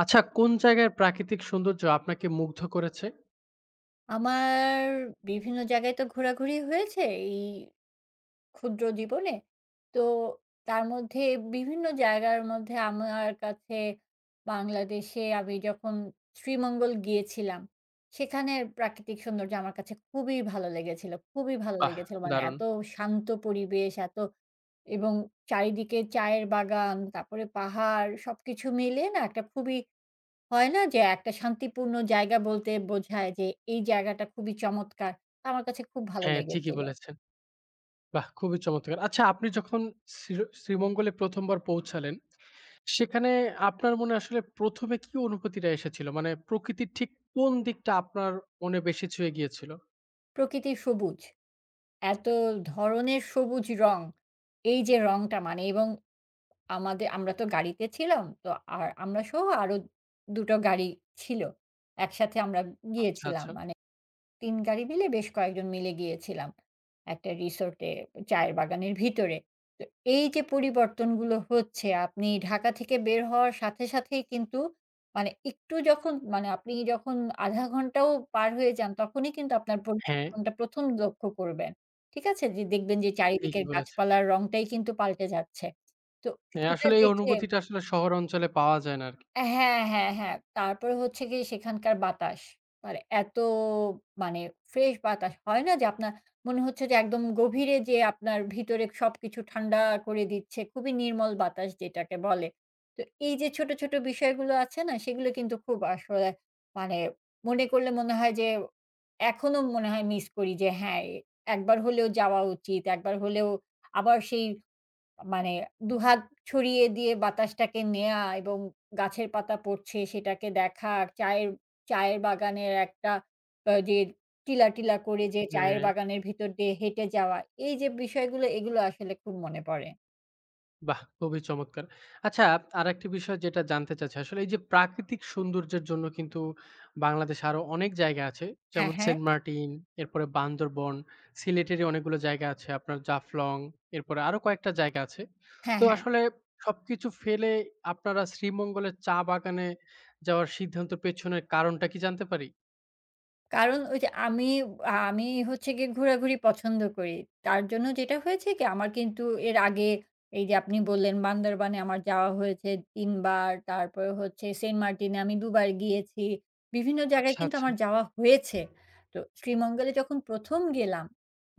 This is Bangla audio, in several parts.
আচ্ছা, কোন জায়গার প্রাকৃতিক সৌন্দর্য আপনাকে মুগ্ধ করেছে? আমার বিভিন্ন জায়গায় তো ঘোরাঘুরি হয়েছে এই ক্ষুদ্র জীবনে। তো তার মধ্যে বিভিন্ন জায়গার মধ্যে আমার কাছে বাংলাদেশে আমি যখন শ্রীমঙ্গল গিয়েছিলাম, সেখানের প্রাকৃতিক সৌন্দর্য আমার কাছে খুবই ভালো লেগেছিল, খুবই ভালো বাহ! লেগেছিল। মানে দারুণ। এত শান্ত পরিবেশ, এত এবং চারিদিকে চায়ের বাগান, তারপরে পাহাড় সবকিছু মিলিয়ে না একটা খুবই হয় না যে একটা শান্তিপূর্ণ জায়গা বলতে বোঝায় যে এই জায়গাটা খুবই চমৎকার। আমার কাছে খুব ভালো হ্যাঁ, ঠিকই লেগেছিল। বলেছেন। বাহ! খুবই চমৎকার। আচ্ছা, আপনি যখন শ্রী শ্রীমঙ্গলে প্রথম বার পৌঁছালেন, সেখানে আপনার মনে আসলে প্রথম এ কি অনুভূতিটা এসেছিল? মানে প্রকৃতির ঠিক কোন দিকটা আপনার মনে বেশি ছুঁয়ে গিয়েছিল? প্রকৃতি সবুজ, এত ধরনের সবুজ রং। এই যে রংটা মানে এবং আমরা তো গাড়িতে ছিলাম। তো আর আমরা সহ আরো ২ টো গাড়ি ছিল। একসাথে আমরা আচ্ছা, গিয়েছিলাম আচ্ছা। মানে ৩ গাড়ি মিলে বেশ কয়েকজন মিলে গিয়েছিলাম। একটা রিসোর্টে চায়ের বাগানের ভিতরে। তো এই যে পরিবর্তনগুলো হচ্ছে আপনি ঢাকা থেকে বের হওয়ার সাথে সাথেই কিন্তু মানে একটু যখন মানে আপনি যখন ০.৫ ঘন্টাও পার হয়ে যান তখনই কিন্তু আপনার হ্যাঁ, পরিবর্তনটা ১ম লক্ষ্য করবেন। ঠিক আছে? যে দেখবেন যে চারিদিকের ঠিকই বলেছেন। গাছপালার রংটাই কিন্তু পাল্টে যাচ্ছে। তো হ্যাঁ, সেটা আসলে এই দেখে অনুভূতিটা আসলে শহর অঞ্চলে পাওয়া যায় না আরকি। হ্যাঁ, হ্যাঁ, হ্যাঁ। তারপরে হচ্ছে গিয়ে সেখানকার বাতাস। মানে এত মানে ফ্রেশ বাতাস হয় না যে আপনার মনে হচ্ছে যে একদম গভীরে যেয়ে আপনার ভিতরে সবকিছু ঠান্ডা করে দিচ্ছে। খুবই নির্মল বাতাস যেটাকে বলে। তো এই যে ছোট, ছোট বিষয়গুলো আছে না সেগুলো কিন্তু খুব আসলে মানে মনে করলে মনে হয় যে এখনো মনে হয় মিস করি যে হ্যাঁ, একবার হলেও যাওয়া উচিত। একবার হলেও আবার সেই মানে দুহাত ছড়িয়ে দিয়ে বাতাসটাকে নেয়া এবং গাছের পাতা পড়ছে সেটাকে দেখা, চায়ের চায়ের বাগানের একটা যে টিলা, টিলা করে যে চায়ের হ্যাঁ। বাগানের ভিতর দিয়ে হেঁটে যাওয়া। এই যে বিষয়গুলো এগুলো আসলে খুব মনে পড়ে। বাহ! খুবই চমৎকার। আচ্ছা আরেকটি বিষয় যেটা জানতে চাচ্ছি আসলে এই যে প্রাকৃতিক সৌন্দর্যের জন্য কিন্তু বাংলাদেশে আরো অনেক জায়গা আছে। হ্যাঁ, যেমন হ্যাঁ। সেন্ট মার্টিন, এরপরে বান্দরবন, সিলেটেরই অনেকগুলো জায়গা আছে। আপনার জাফলং, এরপরে আরো কয়েকটা জায়গা আছে। হ্যাঁ, তো হ্যাঁ। আসলে সবকিছু ফেলে আপনারা শ্রীমঙ্গলের চা বাগানে যাওয়ার সিদ্ধান্তের পেছনের কারণটা কি জানতে পারি? কারণ ওই যে আমি হচ্ছে গিয়ে ঘোরাঘুরি পছন্দ করি। তার জন্য যেটা হয়েছে কি আমার কিন্তু এর আগে এই যে আপনি বললেন বান্দরবানে আমার যাওয়া হয়েছে ৩ বার। তারপরে হচ্ছে সেন্ট মার্টিনে আমি ২ বার গিয়েছি। বিভিন্ন জায়গায় আচ্ছা, কিন্তু আচ্ছা। আমার যাওয়া হয়েছে। তো শ্রীমঙ্গলে যখন ১ম গেলাম,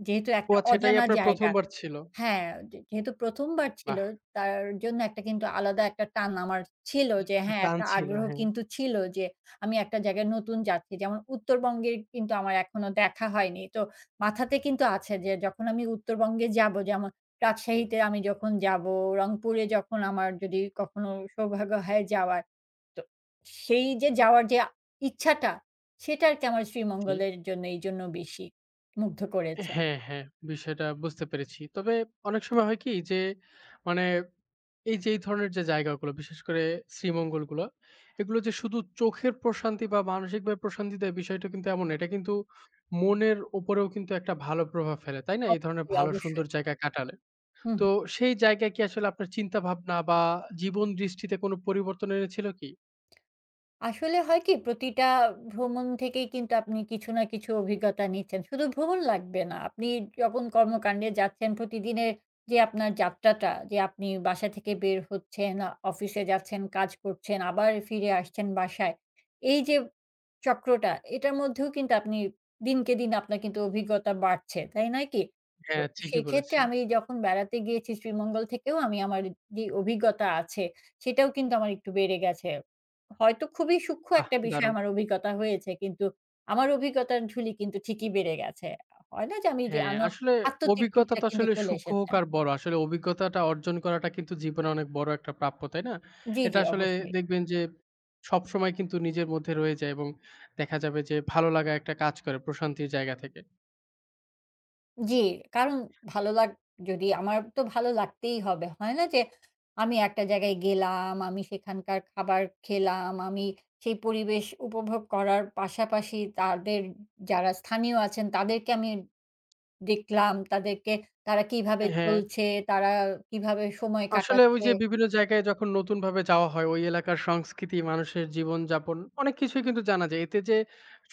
যেহেতু ও একটা আচ্ছা এটাই অজানা আপনার জায়গা প্রথম বার ছিল। হ্যাঁ, যে যেহেতু ১ম বার ছিল বাহ! তার জন্য একটা কিন্তু আলাদা একটা টান আমার ছিল যে একটা হ্যাঁ, টান একটা ছিল, আগ্রহ হ্যাঁ। কিন্তু ছিল যে আমি একটা জায়গায় নতুন যাচ্ছি। যেমন উত্তরবঙ্গের কিন্তু আমার এখনো দেখা হয়নি। তো মাথাতে কিন্তু আছে যে যখন আমি উত্তরবঙ্গে যাব যেমন রাজশাহীতে আমি যখন যাব, রংপুরে যখন আমার যদি কখনো সৌভাগ্য হয় যাওয়ার, তো সেই যে যাওয়ার যে ইচ্ছাটা সেটা আরকি আমার জি। শ্রীমঙ্গলের জন্য এইজন্য বেশি মুগ্ধ করেছে। হ্যাঁ, হ্যাঁ, বিষয়টা বুঝতে পেরেছি। তবে অনেক সময় হয় কি যে, মানে এই যে এই ধরনের যে জায়গাগুলো, বিশেষ করে শ্রীমঙ্গলগুলো, এগুলো যে শুধু চোখের প্রশান্তি বা মানসিকভাবে প্রশান্তি দেয় বিষয়টা কিন্তু এমন না। এটা কিন্তু মনের উপরেও কিন্তু একটা ভালো প্রভাব ফেলে, তাই না? এই ধরনের অবশ্যই, ভালো অবশ্যই। সুন্দর জায়গায় কাটালে। হুম। তো সেই জায়গায় কি আসলে আপনার চিন্তাভাবনা বা জীবন দৃষ্টিতে কোনো পরিবর্তন এনেছিল কি? আসলে হয় কি প্রতিটা ভ্রমণ থেকেই কিন্তু আপনি কিছু না কিছু অভিজ্ঞতা নিচ্ছেন। শুধু ভ্রমণ লাগবে না। আপনি যখন কর্মকাণ্ডে যাচ্ছেন প্রতিদিনের যে আপনার যাত্রাটা যে আপনি বাসা থেকে বের হচ্ছেন, অফিসে যাচ্ছেন, কাজ করছেন, আবার ফিরে আসছেন বাসায়। এই যে চক্রটা এটার মধ্যেও কিন্তু আপনি দিনকে দিন আপনার কিন্তু অভিজ্ঞতা বাড়ছে। তাই নয় কি? তো হ্যাঁ, ঠিকই সেক্ষেত্রে বলেছেন। আমি যখন বেড়াতে গিয়েছি শ্রীমঙ্গল থেকেও আমি আমার যে অভিজ্ঞতা আছে সেটাও কিন্তু আমার একটু বেড়ে গেছে। হয়তো খুবই সূক্ষ্ম বাহ! একটা বিষয় দারুণ। আমার অভিজ্ঞতা হয়েছে। কিন্তু আমার অভিজ্ঞতার ঝুলি কিন্তু ঠিকই বেড়ে গেছে। হয় না যে আমি যে হ্যাঁ, আসলে অভিজ্ঞতা আত্মতৃপ্তিটা তো কিন্তু আসলে চলে সূক্ষ্ম এসেছে। হোক আর বড়, আসলে অভিজ্ঞতাটা অর্জন করাটা কিন্তু জীবনে অনেক বড় একটা প্রাপ্য, তাই না? জি, এটা জি আসলে অবশ্যই। দেখবেন যে সবসময় কিন্তু নিজের মধ্যে রয়ে যায় এবং দেখা যাবে যে ভালো লাগা একটা কাজ করে প্রশান্তির জায়গা থেকে। জি, কারণ ভালো লাগ যদি আমার তো ভালো লাগতেই হবে। হয় না যে আমি একটা জায়গায় গেলাম, আমি সেখানকার খাবার খেলাম, আমি সেই পরিবেশ উপভোগ করার পাশাপাশি তাদের যারা স্থানীয় আছেন তাদেরকে আমি দেখলাম, তাদেরকে তারা কিভাবে হ্যাঁ। চলছে, তারা কিভাবে সময় আসলে ওই কাটাচ্ছে। যে বিভিন্ন জায়গায় যখন নতুনভাবে যাওয়া হয়, ওই এলাকার সংস্কৃতি, মানুষের জীবনযাপন অনেক কিছুই কিন্তু জানা যায়। এতে যে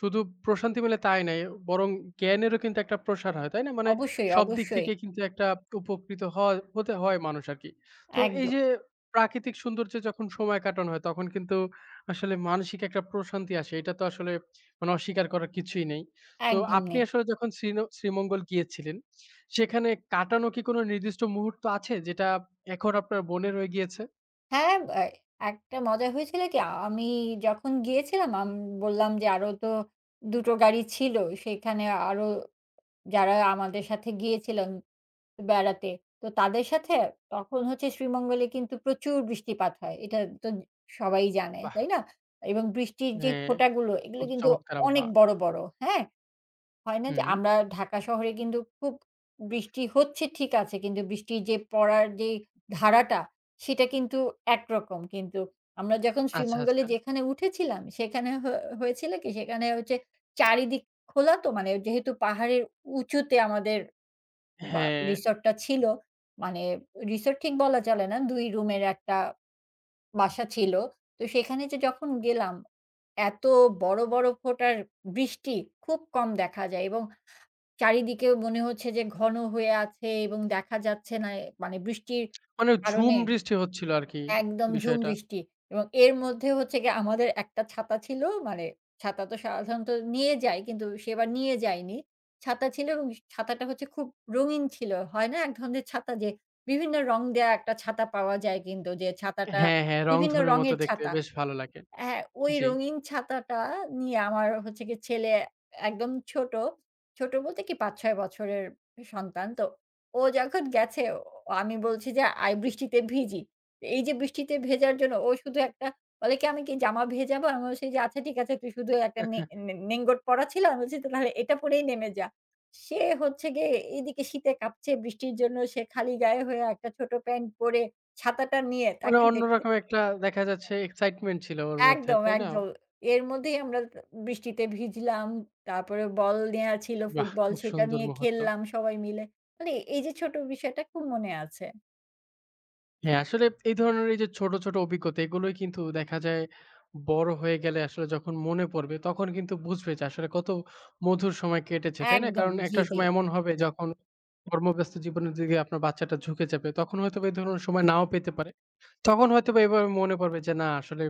শুধু প্রশান্তি মেলে তাই নাই, বরং জ্ঞানেরও কিন্তু একটা প্রসার হয়, তাই না? মানে অবশ্যই, সব দিক অবশ্যই। থেকে কিন্তু একটা উপকৃত হয় হতে হয় মানুষ আরকি। তো এই একদম, যে প্রাকৃতিক সৌন্দর্যে যখন সময় কাটানো হয়, তখন কিন্তু আসলে মানসিক একটা প্রশান্তি আসে। এটা তো আসলে মানে অস্বীকার করার কিছুই নেই। তো একদম আপনি নেই। আসলে যখন শ্রীমঙ্গল গিয়েছিলেন, সেখানে কাটানো কি কোনো নির্দিষ্ট মুহূর্ত আছে যেটা এখন আপনার মনে রয়ে গিয়েছে? হ্যাঁ, একটা মজা হয়েছিল কি আমি যখন গিয়েছিলাম বললাম যে আরো তো ২ টো গাড়ি ছিল। সেখানে আরো যারা আমাদের সাথে গিয়েছিলেন বেড়াতে। তো তাদের সাথে তখন হচ্ছে শ্রীমঙ্গলে কিন্তু প্রচুর বৃষ্টিপাত হয়। এটা তো সবাই জানে, বাহ! তাই না? এবং বৃষ্টির যে হ্যাঁ, ফোঁটাগুলো এগুলো খুব কিন্তু চমৎকার অনেক আবহাওয়া। বড়, বড়। হ্যাঁ? হয় না যে হুম। আমরা ঢাকা শহরে কিন্তু খুব বৃষ্টি হচ্ছে ঠিক আছে। কিন্তু বৃষ্টির যে পড়ার যে ধারাটা সেটা কিন্তু একরকম। কিন্তু আমরা যখন আচ্ছা, শ্রীমঙ্গলে আচ্ছা। যেখানে উঠেছিলাম সেখানে হয়েছিল কি সেখানে হচ্ছে চারিদিক খোলা তো মানে যেহেতু পাহাড়ের উঁচুতে আমাদের বা হ্যাঁ, রিসোর্টটা ছিল। মানে রিসোর্ট ঠিক বলা চলে না। ২ রুমের একটা বাসা ছিল। তো সেখানে যে যখন গেলাম এত বড়, বড় ফোঁটার বৃষ্টি খুব কম দেখা যায় এবং চারিদিকে মনে হচ্ছে যে ঘন হয়ে আছে এবং দেখা যাচ্ছে না এ মানে বৃষ্টির মানে ঝুম কারণে বৃষ্টি হচ্ছিল আরকি একদম ঝুম বিষয়টা। বৃষ্টি এবং এর মধ্যে হচ্ছে গিয়ে আমাদের একটা ছাতা ছিল মানে ছাতা তো সাধারণত নিয়ে যাই কিন্তু সেবার নিয়ে যাইনি। ছাতা ছিল এবং ছাতাটা হচ্ছে খুব রঙিন ছিল। হয় না এক ধরনের ছাতা যে বিভিন্ন রং দেয়া একটা ছাতা পাওয়া যায় কিন্তু যে ছাতাটা হ্যাঁ, হ্যাঁ, বিভিন্ন রংধনুর মতো রঙের দেখতে ছাতা। বেশ ভালো লাগে। হ্যাঁ, ওই জি। রঙিন ছাতাটা নিয়ে আমার হচ্ছে গিয়ে ছেলে একদম ছোট, ছোট বলতে কি ৫-৬ বছরের সন্তান। তো ও যখন গেছে ও আমি বলছি যে, "আয় বৃষ্টিতে ভিজি।" এই যে বৃষ্টিতে ভেজার জন্য ও শুধু একটা বলে কি, "আমি কি জামা ভেজাবো?" আমি বলছি যে, "আচ্ছা ঠিক আছে তুই শুধু একটা নে নে নেংগট পরা ছিল।" আমি বলছি, "তাহলে এটা পরেই নেমে যা।" সে হচ্ছে গিয়ে এইদিকে শীতে কাঁপছে বৃষ্টির জন্য সে খালি গায়ে হয়ে একটা ছোট প্যান্ট পরে ছাতাটা নিয়ে মানে তাকে দেখতে অন্যরকম একটা দেখা যাচ্ছে এক্সাইটমেন্ট ছিল ওর মধ্যে, একদম, তাই না? একদম। এর মধ্যেই আমরা বৃষ্টিতে ভিজলাম। তারপরে বল নেয়া ছিল বাহ! ফুটবল, খুব সেটা সুন্দর নিয়ে মুহূর্ত। খেললাম সবাই মিলে। মানে এই যে ছোট বিষয়টা খুব মনে আছে। হ্যাঁ, আসলে এই ধরনের এই যে ছোট, ছোট অভিজ্ঞতা এগুলোই কিন্তু দেখা যায় বড় হয়ে গেলে আসলে যখন মনে পড়বে তখন কিন্তু বুঝবে যে আসলে কত মধুর সময় কেটেছে, তাই না? একদম, কারণ জি, একটা জি। সময় এমন হবে যখন কর্মব্যস্ত জীবনের দিকে আপনার বাচ্চাটা ঝুঁকে যাবে তখন হয়তোবা এই ধরনের সময় নাও পেতে পারে। তখন হয়তোবা এভাবে মনে পড়বে যে না আসলে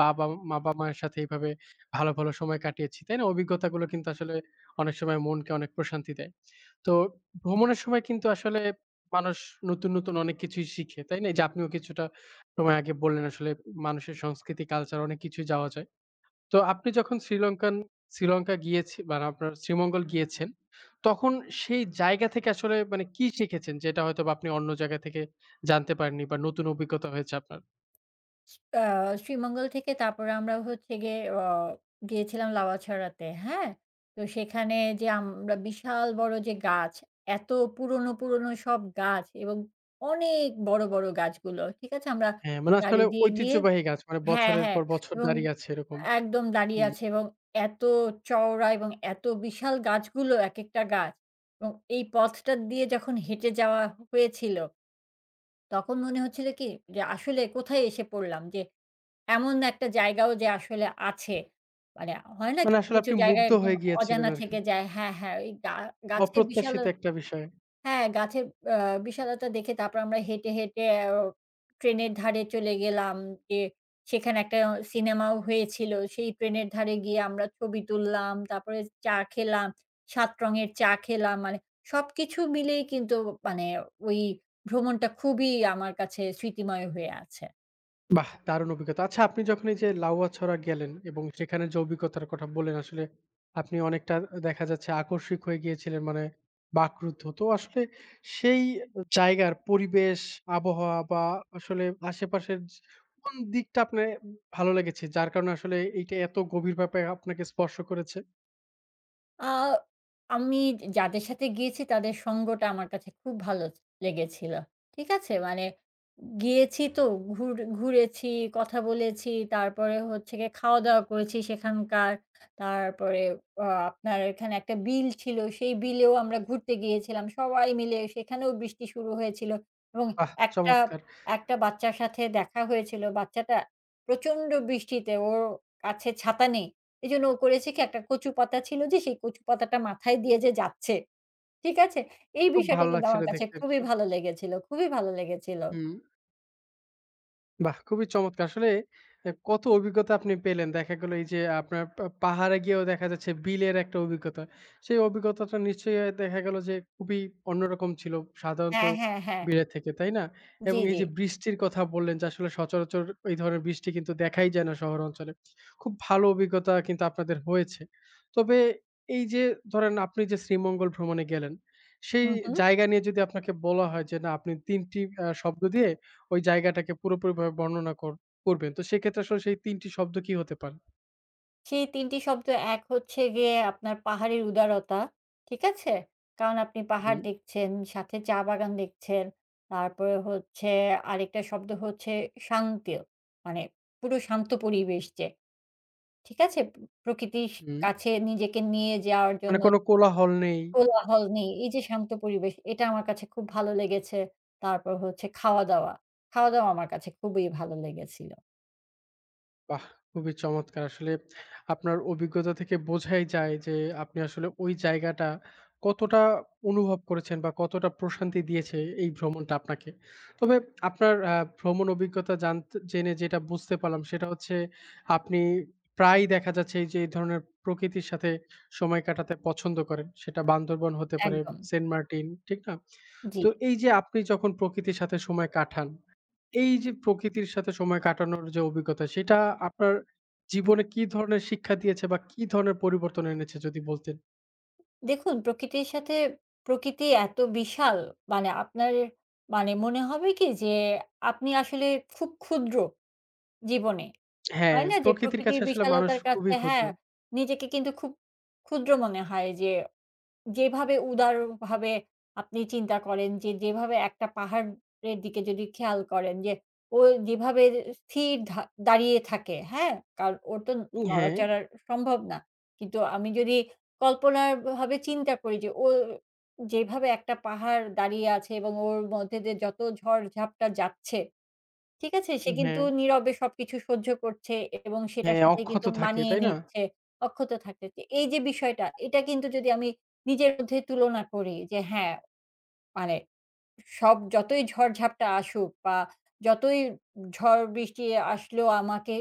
বাবা বাবা-মায়ের সাথে এভাবে ভালো, ভালো সময় কাটিয়েছি। তাই না? অভিজ্ঞতাগুলো কিন্তু আসলে অনেক সময় মনকে অনেক প্রশান্তি দেয়। তো ভ্রমণের সময় কিন্তু আসলে মানুষ নতুন, নতুন অনেক কিছুই শিখে। তাই না? এই যে আপনিও কিছুটা সময় আগে বললেন আসলে মানুষের সংস্কৃতি, কালচার অনেক কিছুই যাওয়া যায়। তো আপনি যখন শ্রীলঙ্কা গিয়েছে মানে আপনার শ্রীমঙ্গল গিয়েছেন, তখন সেই জায়গা থেকে আসলে মানে কি শিখেছেন? যেটা হয়তোবা আপনি অন্য জায়গা থেকে জানতে পারেননি বা নতুন অভিজ্ঞতা হয়েছে আপনার? আ শ্রীমঙ্গল থেকে তারপরে আমরা হচ্ছে গিয়ে গিয়েছিলাম লাউয়াছড়াতে, হ্যাঁ? তো সেখানে যে আমরা বিশাল বড় যে গাছ, এত পুরনো, পুরনো সব গাছ এবং অনেক বড়, বড় গাছগুলো, ঠিক আছে? আমরা হ্যাঁ, মানে গাড়ি আসলে দিয়ে গিয়ে ঐতিহ্যবাহী গাছ। মানে হ্যাঁ, বছরের হ্যাঁ পর বছর এবং দাঁড়িয়ে আছে এরকম। একদম দাঁড়িয়ে হুম। আছে এবং এত চওড়া এবং এত বিশাল গাছগুলো একেকটা গাছ এবং এই পথটা দিয়ে যখন হেঁটে যাওয়া হয়েছিল, তখন মনে হচ্ছিল কি যে আসলে কোথায় এসে পড়লাম? যে এমন একটা জায়গাও যে আসলে আছে। মানে হয় না মানে কিছু, আসলে কিছু আপনি জায়গায় মুগ্ধ একদম হয়ে গিয়েছিলেন অজানা আরকি। থেকে যায়। হ্যাঁ, হ্যাঁ ওই গা গাছের বিশাল অপ্রত্যাশিত একটা বিষয়। হ্যাঁ, গাছের আ বিশালতা দেখে তারপর আমরা হেঁটে, হেঁটে ট্রেনের ধারে চলে গেলাম। যে সেখানে একটা সিনেমাও হয়েছিল। সেই ট্রেনের ধারে গিয়ে আমরা ছবি তুললাম। তারপরে চা খেলাম। ৭ রঙের চা খেলাম। মানে সবকিছু মিলেই কিন্তু মানে ওই ভ্রমণটা খুবই আমার কাছে স্মৃতিময় হয়ে আছে। বাহ! দারুণ অভিজ্ঞতা। আচ্ছা আপনি যখন এই যে লাউয়াছড়া গেলেন এবং সেখানে যে অভিজ্ঞতার কথা বললেন আসলে আপনি অনেকটা দেখা যাচ্ছে আকস্মিক হয়ে গিয়েছিলেন মানে বাকরুদ্ধ। তো আসলে সেই জায়গার পরিবেশ, আবহাওয়া বা আসলে আশেপাশের কোন দিকটা আপনার ভালো লেগেছে? যার কারণে আসলে এইটা এত গভীরভাবে আপনাকে স্পর্শ করেছে? আ আমি যাদের সাথে গিয়েছি তাদের সঙ্গটা আমার কাছে খুব ভালো লেগেছিল। ঠিক আছে? মানে গিয়েছি তো ঘুর ঘুরেছি, কথা বলেছি, তারপরে হচ্ছে গিয়ে খাওয়া-দাওয়া করেছি সেখানকার। তারপরে আপনার এখানে একটা বিল ছিল, সেই বিলেও আমরা ঘুরতে গিয়েছিলাম সবাই মিলে। সেখানেও বৃষ্টি শুরু হয়েছিল এবং বাহ! একটা, চমৎকার। একটা বাচ্চার সাথে দেখা হয়েছিল। বাচ্চাটা প্রচণ্ড বৃষ্টিতে ওর কাছে ছাতা নেই। এজন্য ও করেছে কি একটা কচু পাতা ছিল যে সেই কচু পাতাটা মাথায় দিয়ে যে যাচ্ছে। ঠিক আছে? এই খুব বিষয়টা ভাল কিন্তু লাগছিল আমার কাছে দেখতে খুবই আরকি। ভালো লেগেছিল, খুবই ভালো লেগেছিল। হুম। বাহ! খুবই চমৎকার। আসলে এ কত অভিজ্ঞতা আপনি পেলেন। দেখা গেল এই যে আপনার পা পাহাড়ে গিয়েও দেখা যাচ্ছে বিলের একটা অভিজ্ঞতা। সেই অভিজ্ঞতাটা নিশ্চয়ই এ দেখা গেল যে খুবই অন্যরকম ছিল সাধারণত হ্যাঁ, হ্যাঁ, হ্যাঁ। বিলের থেকে, তাই না? জি, এবং এই জি। যে বৃষ্টির কথা বললেন যে আসলে সচরাচর এই ধরনের বৃষ্টি কিন্তু দেখাই যায় না শহর অঞ্চলে। খুব ভালো অভিজ্ঞতা কিন্তু আপনাদের হয়েছে। তবে এই যে ধরেন আপনি যে শ্রীমঙ্গল ভ্রমণে গেলেন, সেই হুম, হুম। জায়গা নিয়ে যদি আপনাকে বলা হয় যে না আপনি ৩টি শব্দ দিয়ে ওই জায়গাটাকে পুরোপুরিভাবে বর্ণনা করবেন। তো সেক্ষেত্রে আসলে সেই ৩টি শব্দ কি হতে পারে? সেই ৩ টি শব্দ এক হচ্ছে গিয়ে আপনার পাহাড়ের উদারতা। ঠিক আছে? কারণ আপনি পাহাড় হুম, দেখছেন, সাথে চা বাগান দেখছেন। তারপরে হচ্ছে আরেকটা শব্দ হচ্ছে শান্তি। মানে পুরো শান্ত পরিবেশ যে। ঠিক আছে? প্রকৃতির হুম। কাছে নিজেকে নিয়ে যাওয়ার মানে জন্য কোনো কোলাহল নেই। কোলাহল নেই। এই যে শান্ত পরিবেশ এটা আমার কাছে খুব ভালো লেগেছে। তারপর হচ্ছে খাওয়া-দাওয়া। খাওয়া-দাওয়া আমার কাছে খুবই ভালো লেগেছিল। বাহ! খুবই চমৎকার। আসলে আপনার অভিজ্ঞতা থেকে বোঝাই যায় যে, আপনি আসলে ওই জায়গাটা কতটা অনুভব করেছেন বা কতটা প্রশান্তি দিয়েছে এই ভ্রমণটা আপনাকে। তবে আপনার ভ্রমণ অভিজ্ঞতা জানতে জেনে যেটা বুঝতে পারলাম সেটা হচ্ছে আপনি প্রায়ই দেখা যাচ্ছে এই যে এই ধরনের প্রকৃতির সাথে সময় কাটাতে পছন্দ করেন। সেটা বান্দরবন হতে পারে, একদম। সেন্ট মার্টিন, ঠিক না? জি। তো এই যে আপনি যখন প্রকৃতির সাথে সময় কাটান এই যে প্রকৃতির সাথে সময় কাটানোর যে অভিজ্ঞতা, সেটা আপনার জীবনে কি ধরনের শিক্ষা দিয়েছে বা কি ধরনের পরিবর্তন এনেছে যদি বলতেন? দেখুন প্রকৃতির সাথে প্রকৃতি এত বিশাল মানে আপনার মানে মনে হবে কি যে আপনি আসলে খুব ক্ষুদ্র জীবনে। হ্যাঁ, হয় না যে প্রকৃতির প্রকৃতির কাছে আসলে মানুষ বিশালতার কাছে খুবই ক্ষুদ্র। হ্যাঁ, নিজেকে কিন্তু খুব ক্ষুদ্র মনে হয় যে যেভাবে উদারভাবে আপনি চিন্তা করেন যে, যেভাবে একটা পাহাড়ের দিকে যদি খেয়াল করেন যে, ও যেভাবে স্থির ধা দাঁড়িয়ে থাকে, হ্যাঁ? কারণ ওর তো হ্যাঁ, নড়াচড়া সম্ভব না। কিন্তু আমি যদি কল্পনার ভাবে চিন্তা করি যে, ও যেভাবে একটা পাহাড় দাঁড়িয়ে আছে এবং ওর মধ্যে দিয়ে যত ঝড়-ঝাপটা যাচ্ছে ঠিক আছে? সে কিন্তু হ্যাঁ, নীরবে সবকিছু সহ্য করছে এবং সেটার হ্যাঁ, সাথে অক্ষত কিন্তু থাকে, মানিয়ে তাই না? নিচ্ছে, অক্ষত থাকতে। তো এই যে বিষয়টা, এটা কিন্তু যদি আমি নিজের মধ্যে তুলনা করি যে হ্যাঁ, মানে সব যতই ঝড়-ঝাপটা আসুক বা যতই ঝড়-বৃষ্টি আসলেও আমাকে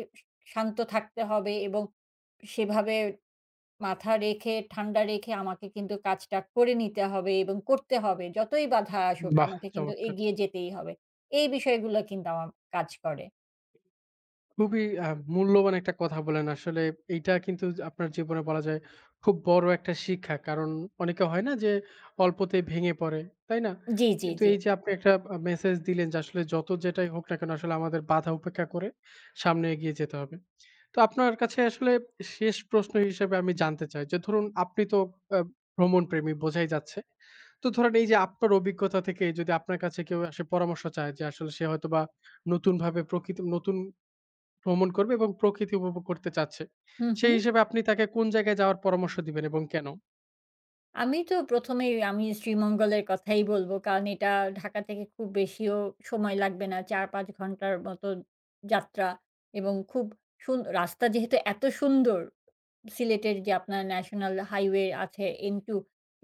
শান্ত থাকতে হবে এবং সেভাবে মাথা রেখে, ঠান্ডা রেখে আমাকে কিন্তু কাজটা করে নিতে হবে এবং করতে হবে। যতই বাধা আসুক বাহ! আমাকে কিন্তু চমৎকার। এগিয়ে যেতেই হবে। এই বিষয়গুলো কিন্তু আমার কাজ করে। খুবই মূল্যবান একটা কথা বলেন। আসলে এইটা কিন্তু আপনার জীবনে বলা যায় খুব বড় একটা শিক্ষা। কারণ অনেকে হয় না যে অল্পতেই ভেঙে পড়ে, তাই না? জি, জি, কিন্তু জি। এই যে আপনি একটা মেসেজ দিলেন যে আসলে যত যেটাই হোক না কেন আসলে আমাদের বাধা উপেক্ষা করে সামনে এগিয়ে যেতে হবে। তো আপনার কাছে আসলে শেষ প্রশ্ন হিসেবে আমি জানতে চাই যে ধরুন আপনি তো আ ভ্রমণ প্রেমী বোঝাই যাচ্ছে। তো ধরেন এই যে আপনার অভিজ্ঞতা থেকে যদি আপনার কাছে কেউ আসে পরামর্শ চায় যে আসলে সে হয়তোবা নতুনভাবে প্রকৃতি নতুন ভ্রমণ করবে এবং প্রকৃতি উপভোগ করতে চাচ্ছে। হু, হু। সেই হিসেবে আপনি তাকে কোন জায়গায় যাওয়ার পরামর্শ দিবেন এবং কেন? আমি তো ১ম এই আমি শ্রীমঙ্গলের কথাই বলব। কারণ এটা ঢাকা থেকে খুব বেশিও সময় লাগবে না। ৪-৫ ঘন্টার মতো যাত্রা এবং খুব রাস্তা যেহেতু এত সুন্দর, সিলেটের যে আপনার ন্যাশনাল হাইওয়ে আছে N2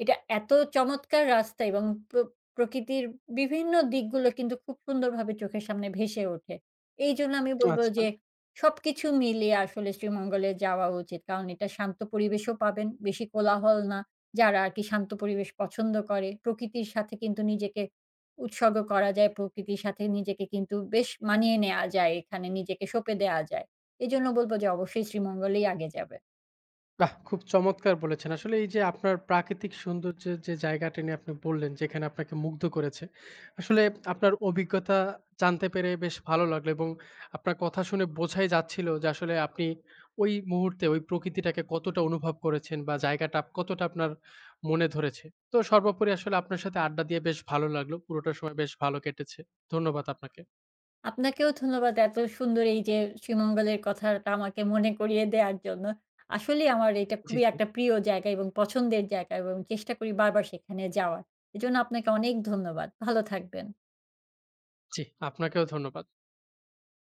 এটা এত চমৎকার রাস্তা এবং প্র প্রকৃতির বিভিন্ন দিকগুলো কিন্তু খুব সুন্দরভাবে চোখের সামনে ভেসে ওঠে। এইজন্য আমি বলব আচ্ছা। যে সবকিছু মিলিয়ে আসলে শ্রীমঙ্গলে যাওয়া উচিত। কারণ এটা শান্ত পরিবেশও পাবেন, বেশি কোলাহল না। যারা আরকি শান্ত পরিবেশ পছন্দ করে, প্রকৃতির সাথে কিন্তু নিজেকে উৎসর্গ করা যায়। প্রকৃতির সাথে নিজেকে কিন্তু বেশ মানিয়ে নেয়া যায় এখানে, নিজেকে সঁপে দেয়া যায়। এজন্য বলব যে অবশ্যই শ্রীমঙ্গলেই আগে যাবে। বাহ! খুব চমৎকার বলেছেন। আসলে এই যে আপনার প্রাকৃতিক সৌন্দর্যের যে জায়গাটি নিয়ে আপনি বললেন, যেখানে আপনাকে মুগ্ধ করেছে। আসলে আপনার অভিজ্ঞতা জানতে পেরে বেশ ভালো লাগলো এবং আপনার কথা শুনে বোঝাই যাচ্ছিল যে আসলে আপনি ওই মুহূর্তে ওই প্রকৃতিটাকে কতটা অনুভব করেছেন বা জায়গাটা কতটা আপনার মনে ধরেছে। তো সর্বোপরি আসলে আপনার সাথে আড্ডা দিয়ে বেশ ভালো লাগলো। পুরোটা সময় বেশ ভালো কেটেছে। ধন্যবাদ আপনাকে। আপনাকেও ধন্যবাদ এত সুন্দর এই যে শ্রীমঙ্গলের কথাটা আমাকে মনে করিয়ে দেয়ার জন্য। আসলেই আমার এটা জি, খুবই জি, একটা প্রিয় জায়গা এবং পছন্দের জায়গা এবং চেষ্টা করি বারবার সেখানে যাওয়ার। এজন্য আপনাকে অনেক ধন্যবাদ। ভালো থাকবেন। জি। আপনাকেও ধন্যবাদ।